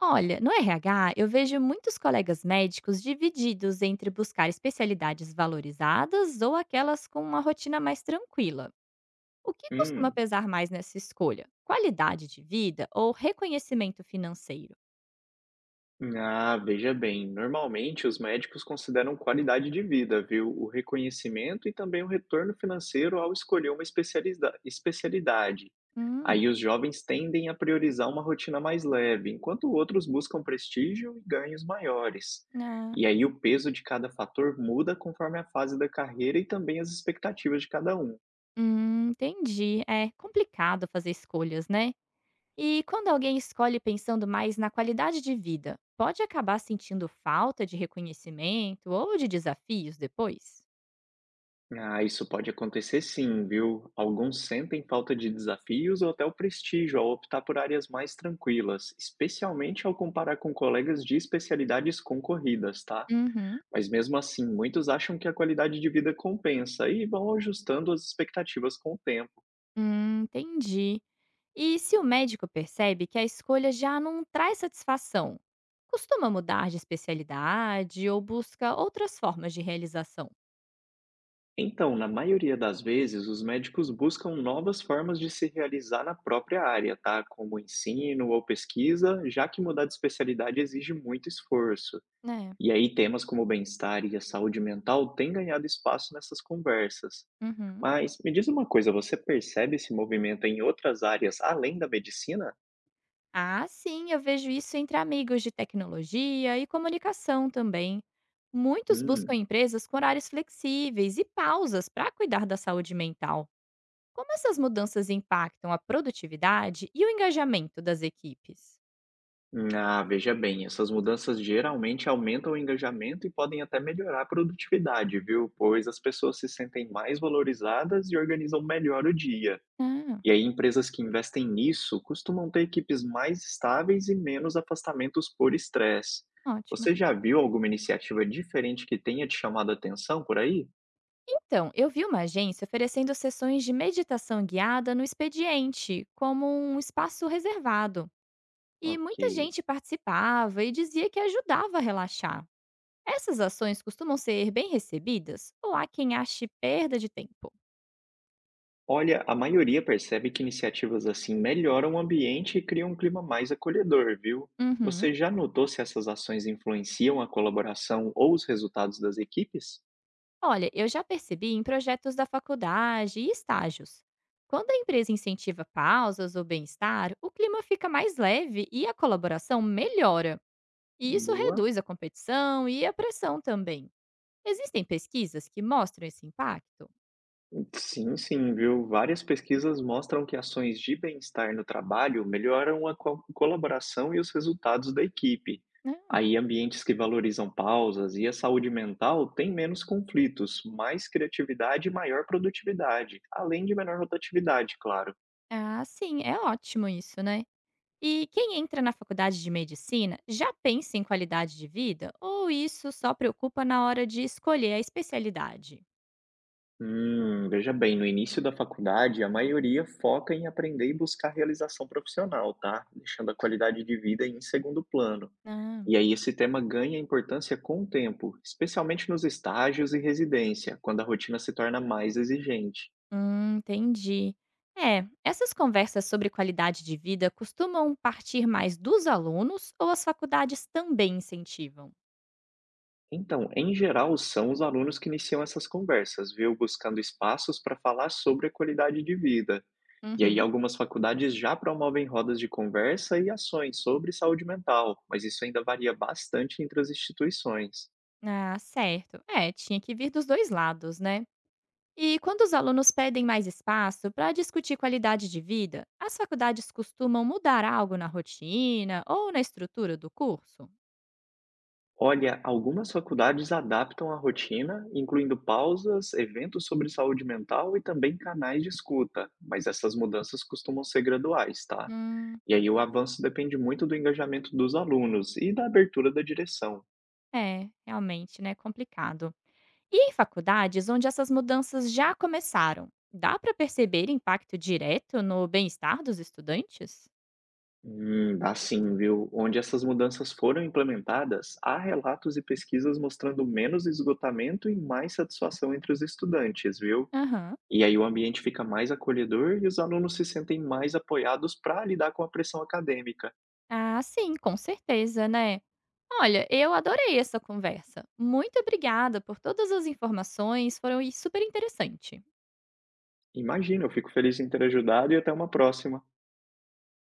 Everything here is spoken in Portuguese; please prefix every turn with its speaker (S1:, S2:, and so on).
S1: Olha, no RH, eu vejo muitos colegas médicos divididos entre buscar especialidades valorizadas ou aquelas com uma rotina mais tranquila. O que costuma
S2: Hum,
S1: pesar mais nessa escolha? Qualidade de vida ou reconhecimento financeiro?
S2: Veja bem, normalmente os médicos consideram qualidade de vida, viu? O reconhecimento e também o retorno financeiro ao escolher uma especialidade.
S1: Hum,
S2: Aí os jovens tendem a priorizar uma rotina mais leve, enquanto outros buscam prestígio e ganhos maiores.
S1: ah,
S2: E aí o peso de cada fator muda conforme a fase da carreira e também as expectativas de cada um.
S1: entendi. É complicado fazer escolhas, né? E quando alguém escolhe pensando mais na qualidade de vida, pode acabar sentindo falta de reconhecimento ou de desafios depois?
S2: Ah, isso pode acontecer sim, viu? Alguns sentem falta de desafios ou até o prestígio ao optar por áreas mais tranquilas, especialmente ao comparar com colegas de especialidades concorridas, tá?
S1: Uhum.
S2: Mas mesmo assim, muitos acham que a qualidade de vida compensa e vão ajustando as expectativas com o tempo.
S1: Entendi. E se o médico percebe que a escolha já não traz satisfação, costuma mudar de especialidade ou busca outras formas de realização?
S2: Então, na maioria das vezes, os médicos buscam novas formas de se realizar na própria área, tá? Como ensino ou pesquisa, já que mudar de especialidade exige muito esforço.
S1: É.
S2: E aí, temas como o bem-estar e a saúde mental têm ganhado espaço nessas conversas.
S1: Uhum.
S2: Mas me diz uma coisa, você percebe esse movimento em outras áreas além da medicina?
S1: Ah, sim, eu vejo isso entre amigos de tecnologia e comunicação também. Muitos buscam
S2: Hum.
S1: empresas com horários flexíveis e pausas para cuidar da saúde mental. Como essas mudanças impactam a produtividade e o engajamento das equipes?
S2: Ah, veja bem, essas mudanças geralmente aumentam o engajamento e podem até melhorar a produtividade, viu? Pois as pessoas se sentem mais valorizadas e organizam melhor o dia.
S1: Ah,
S2: E aí, empresas que investem nisso costumam ter equipes mais estáveis e menos afastamentos por estresse.
S1: ótimo.
S2: Você já viu alguma iniciativa diferente que tenha te chamado a atenção por aí?
S1: Então, eu vi uma agência oferecendo sessões de meditação guiada no expediente, como um espaço reservado. E
S2: Ok.
S1: muita gente participava e dizia que ajudava a relaxar. Essas ações costumam ser bem recebidas ou há quem ache perda de tempo?
S2: Olha, a maioria percebe que iniciativas assim melhoram o ambiente e criam um clima mais acolhedor, viu?
S1: Uhum.
S2: Você já notou se essas ações influenciam a colaboração ou os resultados das equipes?
S1: Olha, eu já percebi em projetos da faculdade e estágios. Quando a empresa incentiva pausas ou bem-estar, o clima fica mais leve e a colaboração melhora. E isso
S2: Boa.
S1: reduz a competição e a pressão também. Existem pesquisas que mostram esse impacto?
S2: Sim, sim, viu? Várias pesquisas mostram que ações de bem-estar no trabalho melhoram a colaboração e os resultados da equipe.
S1: Né?
S2: Aí, ambientes que valorizam pausas e a saúde mental têm menos conflitos, mais criatividade e maior produtividade, além de menor rotatividade, claro.
S1: Ah, sim, é ótimo isso, né? E quem entra na faculdade de medicina já pensa em qualidade de vida ou isso só preocupa na hora de escolher a especialidade?
S2: Veja bem, no início da faculdade, a maioria foca em aprender e buscar realização profissional, tá? Deixando a qualidade de vida em segundo plano.
S1: Ah,
S2: E aí esse tema ganha importância com o tempo, especialmente nos estágios e residência, quando a rotina se torna mais exigente.
S1: entendi. É, essas conversas sobre qualidade de vida costumam partir mais dos alunos ou as faculdades também incentivam?
S2: Então, em geral, são os alunos que iniciam essas conversas, viu, buscando espaços para falar sobre a qualidade de vida. E aí
S1: Uhum.
S2: algumas faculdades já promovem rodas de conversa e ações sobre saúde mental, mas isso ainda varia bastante entre as instituições.
S1: Ah, certo. É, tinha que vir dos dois lados, né? E quando os alunos pedem mais espaço para discutir qualidade de vida, as faculdades costumam mudar algo na rotina ou na estrutura do curso?
S2: Olha, algumas faculdades adaptam a rotina, incluindo pausas, eventos sobre saúde mental e também canais de escuta, mas essas mudanças costumam ser graduais, tá?
S1: Hum,
S2: E aí o avanço depende muito do engajamento dos alunos e da abertura da direção.
S1: é, realmente, né? Complicado. E em faculdades onde essas mudanças já começaram, dá para perceber impacto direto no bem-estar dos estudantes?
S2: Dá sim, viu? Onde essas mudanças foram implementadas, há relatos e pesquisas mostrando menos esgotamento e mais satisfação entre os estudantes, viu?
S1: Aham.
S2: E aí o ambiente fica mais acolhedor e os alunos se sentem mais apoiados para lidar com a pressão acadêmica.
S1: Ah, sim, com certeza, né? Olha, eu adorei essa conversa. Muito obrigada por todas as informações, foram super interessante.
S2: Imagina, eu fico feliz em ter ajudado e até uma próxima.